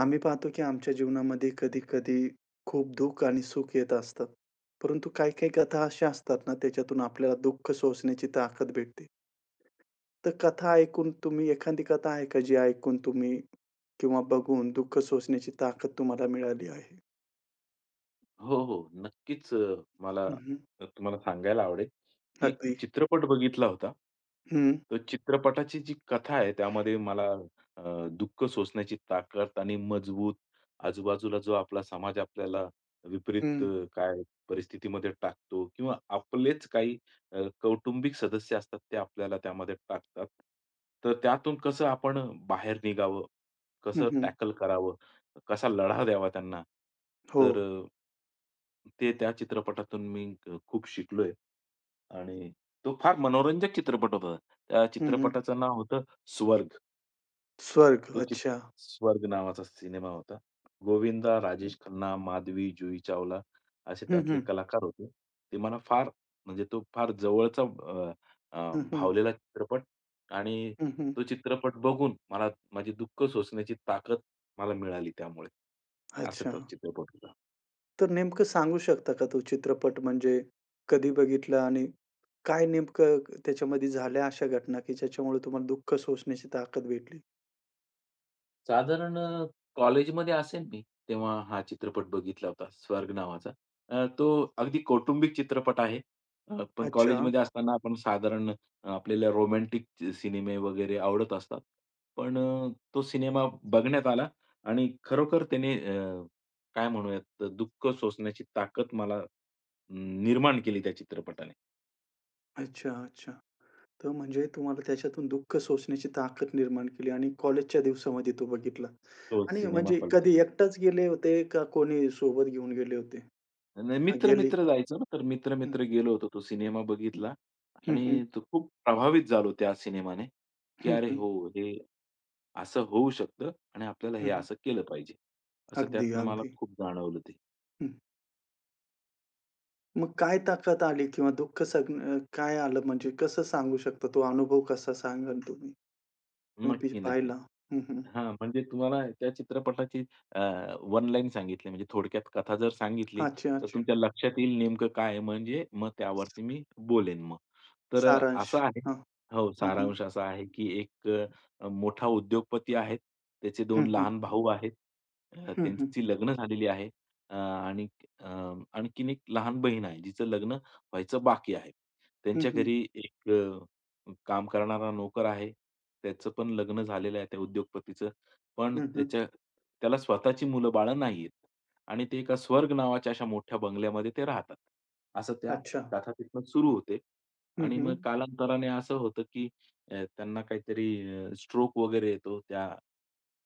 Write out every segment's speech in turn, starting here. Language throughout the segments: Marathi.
आम्ही पाहतो की आमच्या जीवनामध्ये कधी-कधी खूप दुःख आणि सुख येत असतात. परंतु काही-काही कथा अशा असतात ना, त्याच्यातून आपल्याला दुःख सोसण्याची ताकद भेटते. तर कथा ऐकून तुम्ही एखादी कथा आहे का, जी ऐकून तुम्ही किंवा बघून दुःख सोसण्याची ताकद तुम्हाला मिळाली आहे? हो, हो. नक्कीच मला हं. तुम्हाला सांगायला आवडेल, की एक अगदी. चित्रपट बघितला होता. हं, तर चित्रपटाची जी कथा आहे त्यामध्ये मला अ, दुःख सोसण्याची ताकद आणि मजबूत आजूबाजूला जो आपला समाज आपल्याला हं, विपरीत काय परिस्थितीमध्ये टाकतो किंवा आपलेच काही कौटुंबिक सदस्य असतात ते आपल्याला त्यामध्ये टाकतात. तर त्यातून कसं आपण बाहेर निघावं, कसं हं, टॅकल करावं, कसा लढा द्यावा त्यांना. हो. तर ते त्या चित्रपटातून मी खूप शिकलोय आणि तो फार मनोरंजक चित्रपट होता. त्या हं, चित्रपटाचं नाव होतं स्वर्ग. स्वर्ग. तो अच्छा. स्वर्ग नावाचा सिनेमा होता. गोविंदा, राजेश खन्ना, माधवी, जुही चावला असे हं, त्यातले हं. कलाकार होते. ते मला फार, म्हणजे तो फार जवळचा अ, अ, हं, हं. भावलेला चित्रपट, आणि तो चित्रपट बघून मला माझी दुःख सोसण्याची ताकद मला मिळाली त्यामुळे. असा अच्छा. तो चित्रपट होता. तर नेमकं सांगू शकता का तो चित्रपट म्हणजे कधी बघितला आणि काय नेमकं त्याच्यामध्ये झाल्या अशा घटना, की ज्याच्यामुळे तुम्हाला दुःख सोसण्याची ताकद भेटली? साधारण कॉलेजमध्ये असेन मी, तेव्हा हा चित्रपट बघितला होता, स्वर्ग नावाचा. तो अगदी कौटुंबिक चित्रपट आहे. पण अच्छा. कॉलेजमध्ये असताना आपण साधारण, आपल्याला रोमॅन्टिक सिनेमे वगैरे आवडत असतात. पण तो सिनेमा बघण्यात आला आणि खरोखर त्याने, काय म्हणूयात, दुःख सोसण्याची ताकद मला निर्माण केली त्या चित्रपटाने. अच्छा, अच्छा. तर म्हणजे तुम्हाला त्याच्यातून दुःख सोसण्याची ताकद निर्माण केली आणि कॉलेजच्या दिवसामध्ये तो बघितला. तो आणि सिनेमा. म्हणजे कधी एकटाच गेले होते का कोणी सोबत घेऊन गेले होते? नाही, का गेली? मित्र-मित्र जायचं ना, तर हं, मित्र-मित्र गेलो होतो. तो सिनेमा हं. बघितला हं, हं. आणि तो खूप प्रभावित झालो त्या सिनेमाने, की हं, "अरे हं. हो, हे असं होऊ शकतं आणि आपल्याला हे हं, असं केलं पाहिजे." असं अगदी, त्यातनं मला अगदी. खूप जाणवलं ते. हं. मग काय ताकद आली किंवा काय आलं म्हणजे कसं सांगू शकता तो अनुभव कसा सांगाल तुम्ही? नक्की, नक्की. पाहिला. हं, हं. हां, म्हणजे तुम्हाला त्या चित्रपटाची वन लाईन सांगितली, म्हणजे थोडक्यात कथा जर सांगितली, अच्छा, तर अच्छा. तुमच्या लक्षात येईल नेमकं काय आहे, म्हणजे मग त्यावरती मी बोलेन मग. तर सारांश. असं आहे. हां. हो, हं, हं. सारांश असा आहे की एक मोठा उद्योगपती आहे. त्याचे हं, दोन हं. लहान भाऊ आहेत. हं, हं. त्यांची लग्न झालेली आहे. आणि अ, आणखीन एक लहान बहीण आहे, जिचं लग्न व्हायचं बाकी आहे. हं, त्यांच्या हं. घरी एक काम करणारा नोकर आहे. त्याचं पण लग्न झालेलं आहे त्या उद्योगपतीचं. पण हं, हं. त्याला स्वतःची मुलं-बाळं नाहीयेत. आणि ते एका स्वर्ग नावाच्या अशा मोठ्या बंगल्यामध्ये ते राहतात. असं त्या अच्छा. कथा तिथनं सुरू होते. हं, आणि हं. मग कालांतराने असं होतं, की त्यांना काहीतरी स्ट्रोक वगैरे येतो त्या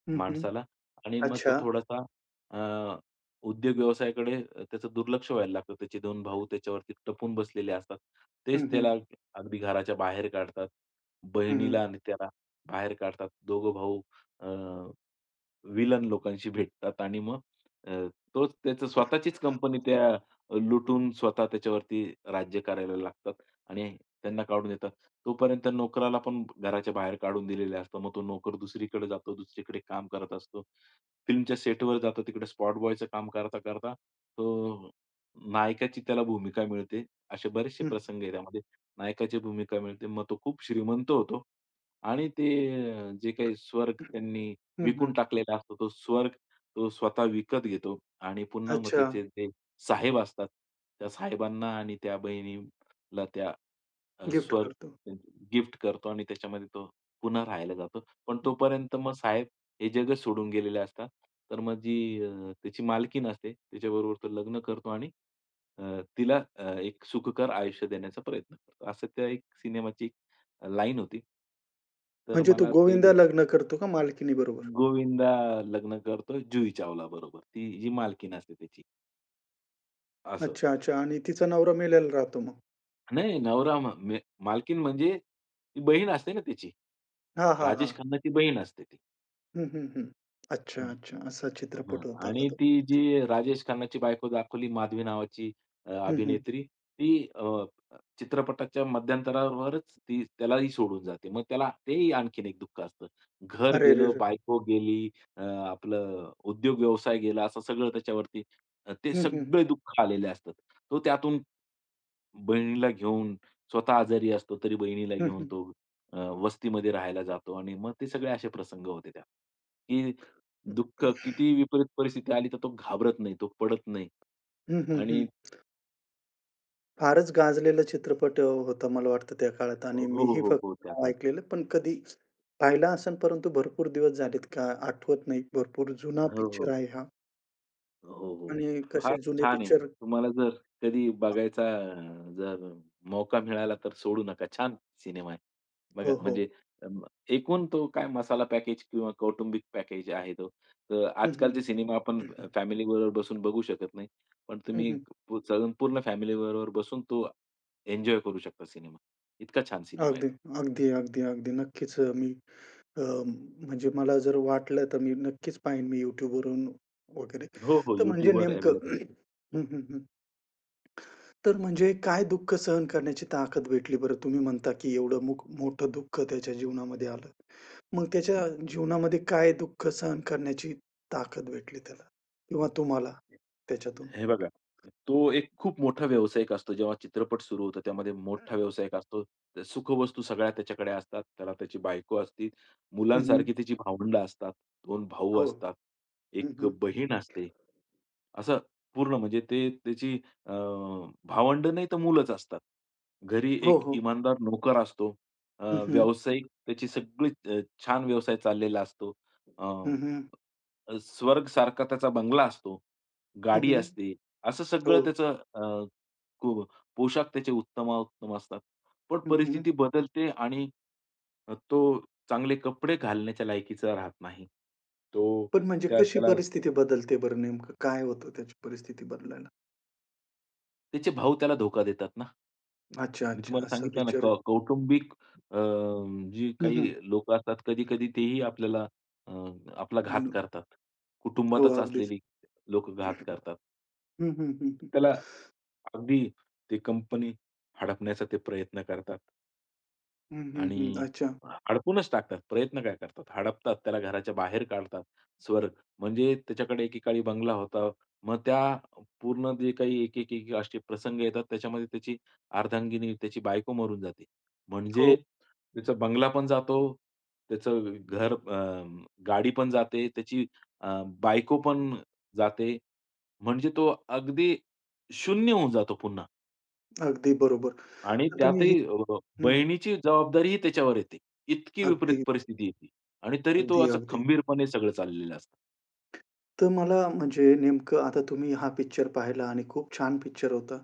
हं, हं. माणसाला, आणि मग अच्छा. तो थोडासा, अ, उद्योग व्यवसायाकडे त्याचं दुर्लक्ष व्हायला लागतं. त्याचे 2 भाऊ त्याच्यावरती टपून बसलेले असतात. हं, तेच हं. त्याला अगदी घराच्या बाहेर काढतात. हं, हं. बहिणीला आणि त्याला बाहेर काढतात. दोघं भाऊ विलन लोकांशी भेटतात आणि मग अ, तोच, त्याचं स्वतःचीच कंपनी त्या लुटून स्वतः त्याच्यावरती राज्य करायला लागतात आणि त्यांना काढून देतात. तोपर्यंत नोकराला पण घराच्या बाहेर काढून दिलेलं असतं. मग तो नोकर दुसरीकडे जातो, दुसरीकडे काम करत असतो. फिल्मच्या सेटवर जातो, तिकडे स्पॉट बॉयचं काम करता-करता तो नायकाची त्याला भूमिका मिळते. असे बरेचसे हं, प्रसंग आहेत त्यामध्ये. नायकाची भूमिका मिळते. मग तो खूप श्रीमंत होतो आणि ते, जे काही स्वर्ग हं. त्यांनी विकून हं, टाकलेला असतो तो स्वर्ग, तो स्वतः विकत घेतो आणि पुन्हा मग अच्छा. त्याचे जे साहेब असतात, त्या साहेबांना आणि त्या बहिणीला त्या गिफ्ट स्वर्ग करतो. गिफ्ट करतो आणि त्याच्यामध्ये तो पुन्हा राहायला जातो. पण तोपर्यंत मग साहेब हे जगच सोडून गेलेले असतात. तर मग जी त्याची मालकीन असते, तिच्याबरोबर तो लग्न करतो आणि अ, तिला एक सुखकर आयुष्य देण्याचा प्रयत्न करतो. असं त्या एक सिनेमाची लाईन होती. तर म्हणजे तो मला ते. गोविंदा लग्न करतो का मालकिनीबरोबर? गोविंदा लग्न करतो जुही चावला बरोबर. ती जी मालकीन असते त्याची. असं होतं अच्छा, अच्छा त्यामध्ये. आणि तिचा नवरा मेलेला राहतो मग? नाही, नवरा म मे मालकीन, म्हणजे ती बहीण असते ना त्याची. हां, हां, हां. राजेश खन्नाची बहीण असते ती. हं, हं, हं. अच्छा, हम्म. अच्छा. असा हं. चित्रपट होता का आणि तो? ती जी राजेश खन्नाची बायको दाखवली, माधवी नावाची हं, हं. अभिनेत्री, ती चित्रपटाच्या मध्यंतरावरच ती त्यालाही सोडून जाते. मग त्याला तेही आणखीन एक दुःख असतं. घर गेलं, अरेरेरे! बायको गेली, अ, आपलं उद्योग व्यवसाय गेला, असं सगळं त्याच्यावरती, ते हं, हं. सगळे दुःख आलेले असतात. तो त्यातून बहिणीला घेऊन, स्वतः आजारी असतो तरी बहिणीला हं, घेऊन हं. तो अ, वस्तीमध्ये राहायला जातो आणि मग ते सगळे असे प्रसंग होते त्यात, की दुःख कितीही विपरीत परिस्थिती आली, तर तो घाबरत नाही, तो पडत नाही हं, हं, हं. आणि. फारच गाजलेला होता मला वाटतं त्या काळात हो, आणि मीही हो, फक्त हो. त्या नाव काळात. ऐकलेलं, पण कधी पाहिला असेल, परंतु भरपूर दिवस झालेत का आठवत नाही. भरपूर जुना हो, पिक्चर हो. आहे हा. हो, हो. आणि कसे फार जुने छान आहे. पिक्चर. तुम्हाला जर कधी बघायचा, जर मौका मिळाला, तर सोडू नका. छान सिनेमा आहे. बघा, हो, हो. म्हणजे अ, एकूण तो काय मसाला पॅकेज किंवा कौटुंबिक पॅकेज आहे तो. तर हं, हं. आजकालचे सिनेमा आपण हं, हं. फॅमिली बरोबर बसून बघू शकत नाही. पण हं, तुम्ही हं. सगळं पूर्ण फॅमिली बरोबर बसून तो एन्जॉय करू शकता सिनेमा. इतका छान सिनेमा आहे अगदी, तो. अगदी, अगदी, अगदी. मी अ, म्हणजे मला जर वाटलं तर मी नक्कीच पाहीन मी YouTubeवरून वगैरे. हो, हो. तर म्हणजे YouTubeवर नेमकं. अवेलेबल आहे. तो. हं, हं, हं. तर म्हणजे काय दुःख सहन करण्याची ताकद भेटली बरं? तुम्ही म्हणता की एवढं मोठं दुःख त्याच्या जीवनामध्ये आलं. मग हं. त्याच्या जीवनामध्ये काय दुःख सहन करण्याची ताकद भेटली त्याला किंवा तुम्हाला त्याच्यातून? हे बघा, तो एक खूप मोठा व्यावसायिक असतो. जेव्हा चित्रपट सुरू होतो त्यामध्ये मोठा व्यावसायिक असतो. त्या सुखवस्तू सगळ्या त्याच्याकडे असतात. त्याला त्याची बायको असती. हं, हं. मुलांसारखी त्याची भावंड असतात. 2 भाऊ हो. असतात. हं, 1 हं. बहीण असते. असं पूर्ण, म्हणजे ते त्याची अ, भावंड नाही तर मुलंच असतात. घरी हो, एक हो. इमानदार नोकर असतो. अ, हं, हं. व्यावसायिक, त्याची सगळी, अ, छान व्यवसाय चाललेला असतो. हं, हं. स्वर्ग सारखा त्याचा बंगला असतो, हं, गाडी हं. असते. असं हो. सगळं त्याचं, अ, को पोशाख त्याचे उत्तमाउत्तम असतात. पण हं, हं. परिस्थिती बदलते आणि तो चांगले कपडे घालण्याच्या लायकीचा राहत नाही. तो पण म्हणजे त्या कशी त्याला परिस्थिती बदलते बरं नेमकं? काय होतं त्याची परिस्थिती बदलायला? त्याचे भाऊ त्याला धोका देतात ना. अच्छा, मी अच्छा. तुम्हाला असा सांगितलं ना, विचार आहे. कौटुंबिक, अ, जी हं, काही हं. लोकं असतात, कधी-कधी तेही आपल्याला, अ, आपला घात करतात. हो, कुटुंबातच अगदीच. असलेली लोकं घात करतात. हं, हं, हं, हं. त्याला अगदी ते कंपनी हडपण्याचा ते प्रयत्न करतात. हं, हं, हं. आणि अच्छा. हडपूनच टाकतात. प्रयत्न काय करतात, हडपतात, त्याला घराच्या बाहेर काढतात. स्वर्ग, म्हणजे त्याच्याकडे एकेकाळी बंगला होता. मग त्या पूर्ण जे काही एक, एक, एक असे प्रसंग येतात, त्याच्यामध्ये त्याची अर्धांगिनी, त्याची बायको मरून जाते. हो, म्हणजे त्याचा बंगला पण जातो, त्याचं घर, गाडी पण जाते, त्याची बायको पण जाते. म्हणजे तो अगदी शून्य होऊन जातो पुन्हा. अगदी बरोबर. आणि तर तुम्ही ही. त्यातही हं. बहिणीची जबाबदारीही त्याच्यावर येते. इतकी विपरीत अगदी, परिस्थिती येते आणि तरी तो अगदी, असा अगदी. खंबीरपणे सगळं चाललेलं असतं. तर मला म्हणजे नेमकं आता तुम्ही हा पिक्चर पाहिला आणि खूप छान पिक्चर होता.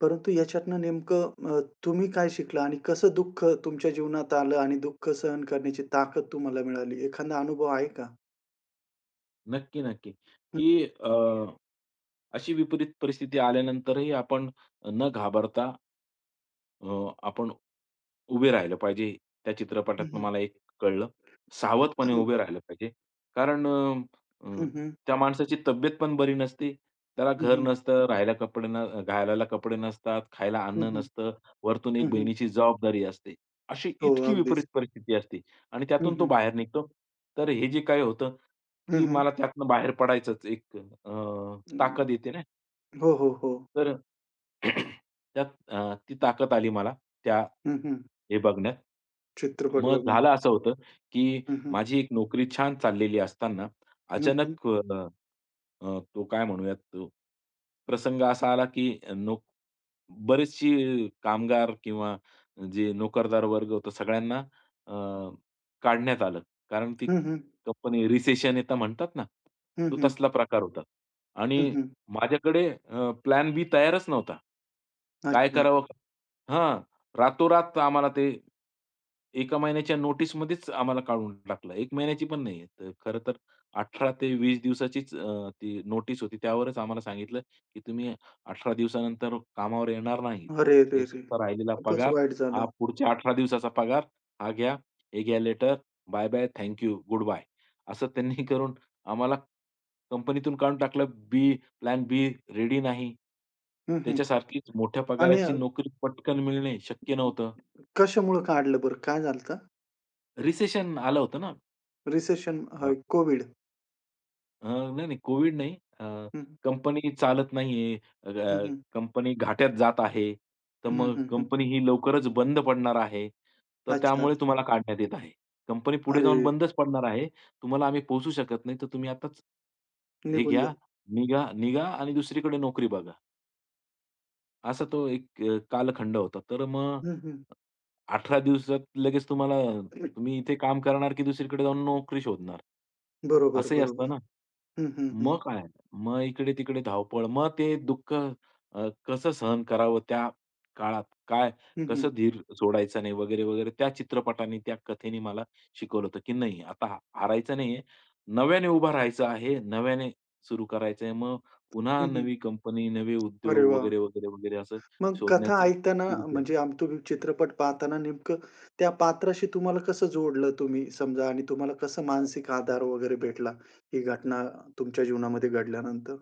परंतु याच्यातनं नेमकं तुम्ही काय शिकला आणि कसं दुःख तुमच्या जीवनात आलं आणि दुःख सहन करण्याची ताकद तुम्हाला मिळाली? एखादा अनुभव आहे का? नक्की, नक्की, हं, की अ अशी विपरीत परिस्थिती आल्यानंतरही आपण न घाबरता, अ, आपण उभे राहिलं पाहिजे. त्या हं, चित्रपटातनं हं. मला एक कळलं. सावधपणे उभे राहिलं पाहिजे. कारण अ, अ, हं, हं. त्या माणसाची तब्येत पण बरी नसते. त्याला हं, घर हं. नसतं, राहायला कपडे न घालायला कपडे नसतात, खायला हं, अन्न हं. नसतं, वरतून एक हं, हं. बहिणीची जबाबदारी असते. अशी हो, इतकी अगदीच. विपरीत परिस्थिती असते आणि हं, त्यातून तो हं. बाहेर निघतो. तर हे जे काही होतं, हं, की हं. मला त्यातनं बाहेर पडायचंच, एक ताकद अं, येते ना, हो, हो, हो. तर त्यात ती ताकद आली मला त्या हं, हं. हे बघण्यात. चित्रपट मग बघून. झालं असं होतं, की हं, हं. माझी एक नोकरी छान चाललेली असताना हं, हं. अचानक अ, अ, तो काय म्हणूयात, तो प्रसंग असा आला, की बरेचशी कामगार किंवा जे नोकरदार वर्ग होता सगळ्यांना अ, काढण्यात आलं. कारण ती हं, हं. कंपनी, रिसेशन येतं म्हणतात ना, हं, तो हं. तसला प्रकार होता. हं, आणि हं. माझ्याकडे प्लॅन बी तयारच नव्हता. काय अच्छा. करावं? हां, रातोरात आम्हाला ते एका महिन्याच्या नोटीसमध्येच आम्हाला काढून टाकलं. 1 महिन्याची पण नाहीये. तर खरं तर 18 ते 20 दिवसाचीच ती नोटीस होती. त्यावरच आम्हाला सांगितलं, की तुम्ही 18 दिवसानंतर कामावर येणार नाहीत. अरे रे हे रे! तुमचा राहिलेला खूपच पगार, वाईट झालं. हा पुढच्या 18 दिवसाचा पगार, हा घ्या, हे घ्या letter, bye bye, thank you, good bye. असं त्यांनी करून आम्हाला कंपनीतून काढून टाकलं. प्लॅन बी रेडी नाही. हं, हं. त्याच्यासारखीच मोठ्या आणि पगाराची नोकरी पटकन मिळणे शक्य नव्हतं. कशामुळं काढलं बरं? काय झालं होतं? रिसेशन आलं होतं ना. Recession, Covid. नाही, नाही, कोविड नाही. हं, कंपनी चालत नाहीये, हं, हं. कंपनी घाट्यात जात आहे. तर हं, मग हं, हं. कंपनी ही लवकरच बंद पडणार आहे. तर अच्छा, त्यामुळे अच्छा. तुम्हाला काढण्यात येत आहे. कंपनी पुढे अरे! जाऊन बंदच पडणार आहे. तुम्हाला आम्ही पोहचू शकत नाही, तर तुम्ही आताच, हे निघून जा. घ्या, निघा निघा आणि दुसरीकडे नोकरी बघा. असा तो एक कालखंड होता. तर मग हं, हं. 18 दिवसात लगेच तुम्ही इथे काम करणार की दुसरीकडे जाऊन नोकरी शोधणार? बरोबर, असंही बरोबर. असतं ना. हं, हं, हं. मग काय? मग इकडे-तिकडे धावपळ. मग ते दुःख, कसं सहन करावं त्या काळात? हं, कसं हं. धीर सोडायचा नाही, वगैरे, वगैरे. त्या चित्रपटाने, त्या कथेने मला शिकवलं होतं, की नाही, आता हारायचं नाहीये. नव्याने उभा राहायचं आहे, नव्याने सुरू करायचंय. मग पुन्हा हं, हं. नवी कंपनी, नवे अरे उद्योग वाह! वगैरे, वगैरे, वगैरे, असं मग कथा शोधण्याचं ऐकताना सुरू केलं. म्हणजे तुम्ही चित्रपट पाहताना नेमकं त्या पात्राशी तुम्हाला कसं जोडलं तुम्ही समजा आणि तुम्हाला कसं मानसिक आधार वगैरे भेटला, ही घटना तुमच्या जीवनामध्ये घडल्यानंतर?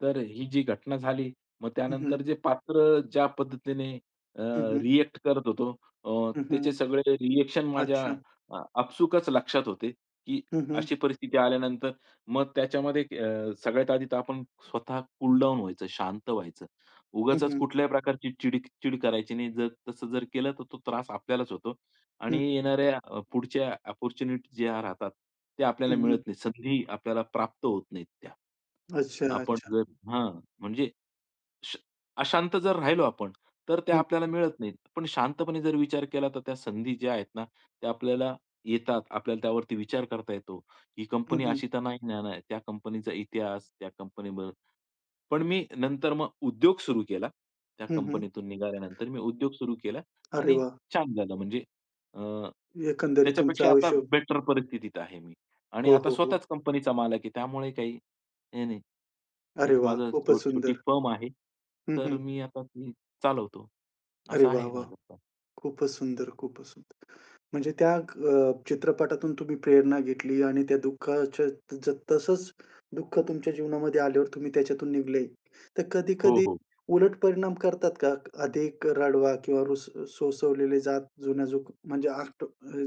तर ही जी घटना झाली, मग हं, हं. त्यानंतर जे पात्र ज्या पद्धतीने अ, हं, हं. रिएक्ट करत होतो, हं, त्याचे हं. सगळे रिएक्शन माझ्या अच्छा. आपसुकच लक्षात होते, की हं, हं. अशी परिस्थिती आल्यानंतर मग त्याच्यामध्ये, सगळ्यात आधी तर आपण स्वतः कूल डाऊन व्हायचं, शांत व्हायचं. हं, उगाच हं. कुठल्याही प्रकारची चिड चिड करायची नाही. जर तसं जर केलं, तर तो त्रास आपल्यालाच होतो हं, आणि येणाऱ्या पुढच्या अपॉर्च्युनिटी ज्या राहतात, त्या आपल्याला हं, मिळत हं. नाहीत. संधी आपल्याला प्राप्त होत नाहीत त्या. अच्छा, आपण अच्छा. जर, हां, म्हणजे, श अशांत जर राहिलो आपण, तर त्या हं, आपल्याला मिळत नाहीत. पण शांतपणे जर विचार केला, तर त्या संधी ज्या आहेत ना, त्या आपल्याला येतात. आपल्याला त्यावरती विचार करता येतो. ही कंपनी हं, हं. अशी तर नाही ना, ना, त्या कंपनीचा इतिहास, त्या कंपनी. पण मी नंतर मग उद्योग सुरू केला. त्या हं, हं. कंपनीतून निघाल्यानंतर मी उद्योग सुरू केला अरे आणि वाह! छान झालं, म्हणजे अ, एकंदरीत तुमचं त्याच्यापेक्षा आता आयुष्य. बेटर परिस्थितीत आहे मी, आणि हो, आता हो, हो. स्वतःच कंपनीचा मालक आहे. त्यामुळे काही हे नाही. अरे एक वाह! माझं खूपच छोटी सुंदर. फर्म आहे. हं, तर हं. मी आता ती चालवतो. अरे असं वाह, आहे वाह! माझं काम. खूपच सुंदर, खूपच सुंदर. म्हणजे त्या चित्रपटातून तुम्ही प्रेरणा घेतली आणि त्या दुःखाच्या तसंच दुःख तुमच्या जीवनामध्ये आल्यावर तुम्ही त्याच्यातून निघले. तर हो, कधी-कधी हो. उलट परिणाम करतात का? अधिक रडवा किंवा सोसवलेले जुन्या जुक म्हणजे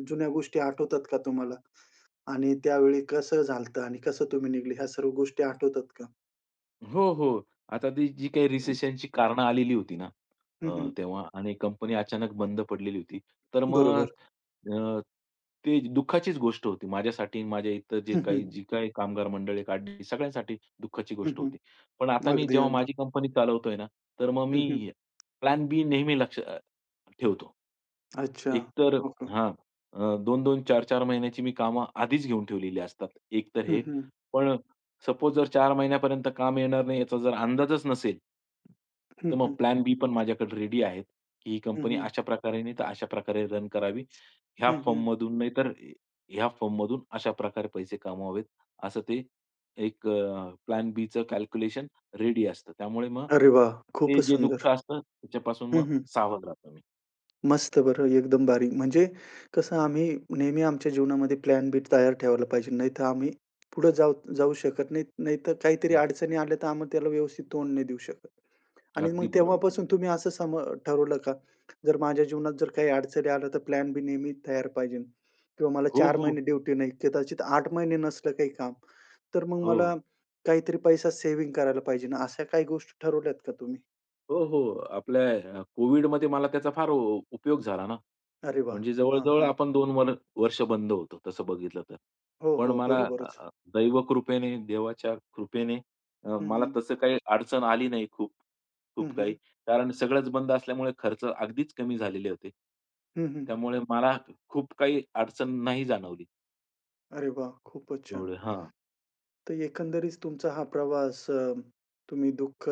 जुन्या गोष्टी आठवतात का तुम्हाला? आणि त्यावेळी कसं झालतं आणि कसं तुम्ही निघले ह्या सर्व गोष्टी आठवतात का? हो, हो. आता ती जी काही रिसेशनची कारणं आलेली होती ना, हं, हं. तेव्हा, आणि कंपनी अचानक बंद पडलेली होती. तर मग बरोबर. अ, ते दुःखाचीच गोष्ट होती माझ्यासाठी, माझ्या इतर जे हं, हं. काही जी काही कामगार मंडळी काढली, सगळ्यांसाठी दुःखाची हं, गोष्ट हं. होती. पण आता मी अगदी, जेव्हा अगदी. माझी कंपनी चालवतोय ना, तर मग हं, हं. मी प्लॅन बी नेहमी लक्ष ठेवतो. अच्छा. एकतर, हो. हां, 2-2, 4-4 महिन्याची मी कामं आधीच घेऊन ठेवलेली असतात. एकतर हं, हे. हं. पण सपोज जर 4 महिन्यापर्यंत काम येणार नाही याचा जर अंदाजच नसेल, हं, तर मग हं. प्लॅन बी पण माझ्याकडे रेडी आहेत, की ही हं, कंपनी हं. अशा प्रकारे नाही तर अशा प्रकारे रन करावी. ह्या हं, हं. फर्ममधून नाही तर ह्या फर्ममधून अशा प्रकारे पैसे कमवावेत, असं ते एक प्लॅन बीचं कॅल्क्युलेशन रेडी असतं. त्यामुळे मग अरे वाह! ते खूपच जे दुःख सुंदर. असतं त्याच्यापासून हं, मग हं. सावध राहतो मी. मस्त बरं एकदम भारी. म्हणजे कसं आम्ही नेहमी आमच्या जीवनामध्ये प्लॅन बी तयार ठेवायला पाहिजे. नाहीतर आम्ही पुढे जाऊ जाऊ शकत नाही. नाहीतर काहीतरी हं. अडचणी आल्या तर आम्ही त्याला व्यवस्थित तोंड नाही देऊ शकत. आणि मग अगदी बरोबर. तेव्हापासून तुम्ही असं सम ठरवलं का? जर माझ्या जीवनात जर काही अडचणी आल्या तर प्लॅन बी नेहमी तयार पाहिजे किंवा मला हो, 4 हो. महिने ड्युटी नाही, कदाचित 8 महिने नसलं काही काम, तर मग हो. मला काहीतरी पैसा सेव्हिंग करायला पाहिजे ना, अशा काही गोष्टी ठरवल्यात का तुम्ही? हो, हो. आपल्या कोविडमध्ये मला त्याचा फार उपयोग झाला ना. अरे वाह! म्हणजे हां, जवळ-जवळ हां. आपण दोन वर्ष बंद होतो, तसं बघितलं तर. हो, पण हो. मला अ, बरोबरच. अ, दैवकृपेने, देवाच्या कृपेने, हं, मला हं. तसं काही अडचण आली नाही खूप, हं, खूप हं. काही. कारण सगळंच बंद असल्यामुळे खर्च अगदीच कमी झालेले होते. हं, हं. त्यामुळे मला खूप काही अडचण नाही जाणवली. अरे वाह! खूपच छान. एवढं हां. तर एकंदरीत तुमचा हा तुम्ही दुःख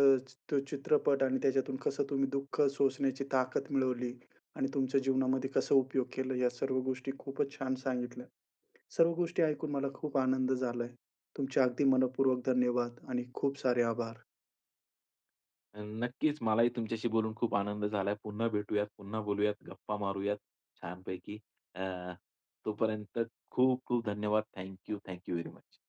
तो चित्रपट आणि त्याच्यातून कसं तुम्ही दुःख सोसण्याची ताकद मिळवली आणि तुमच्या जीवनामध्ये कसा उपयोग केला या सर्व गोष्टी खूपच छान सांगितल्या. सर्व गोष्टी ऐकून मला खूप आनंद झालाय. तुमचे अगदी मनःपूर्वक धन्यवाद आणि खूप सारे आभार. नक्कीच मलाही तुमच्याशी बोलून खूप आनंद झालाय. पुन्हा भेटूयात, पुन्हा बोलूयात, गप्पा मारूयात छानपैकी. अ, तोपर्यंत, खूप खूप धन्यवाद. Thank you, thank you very much.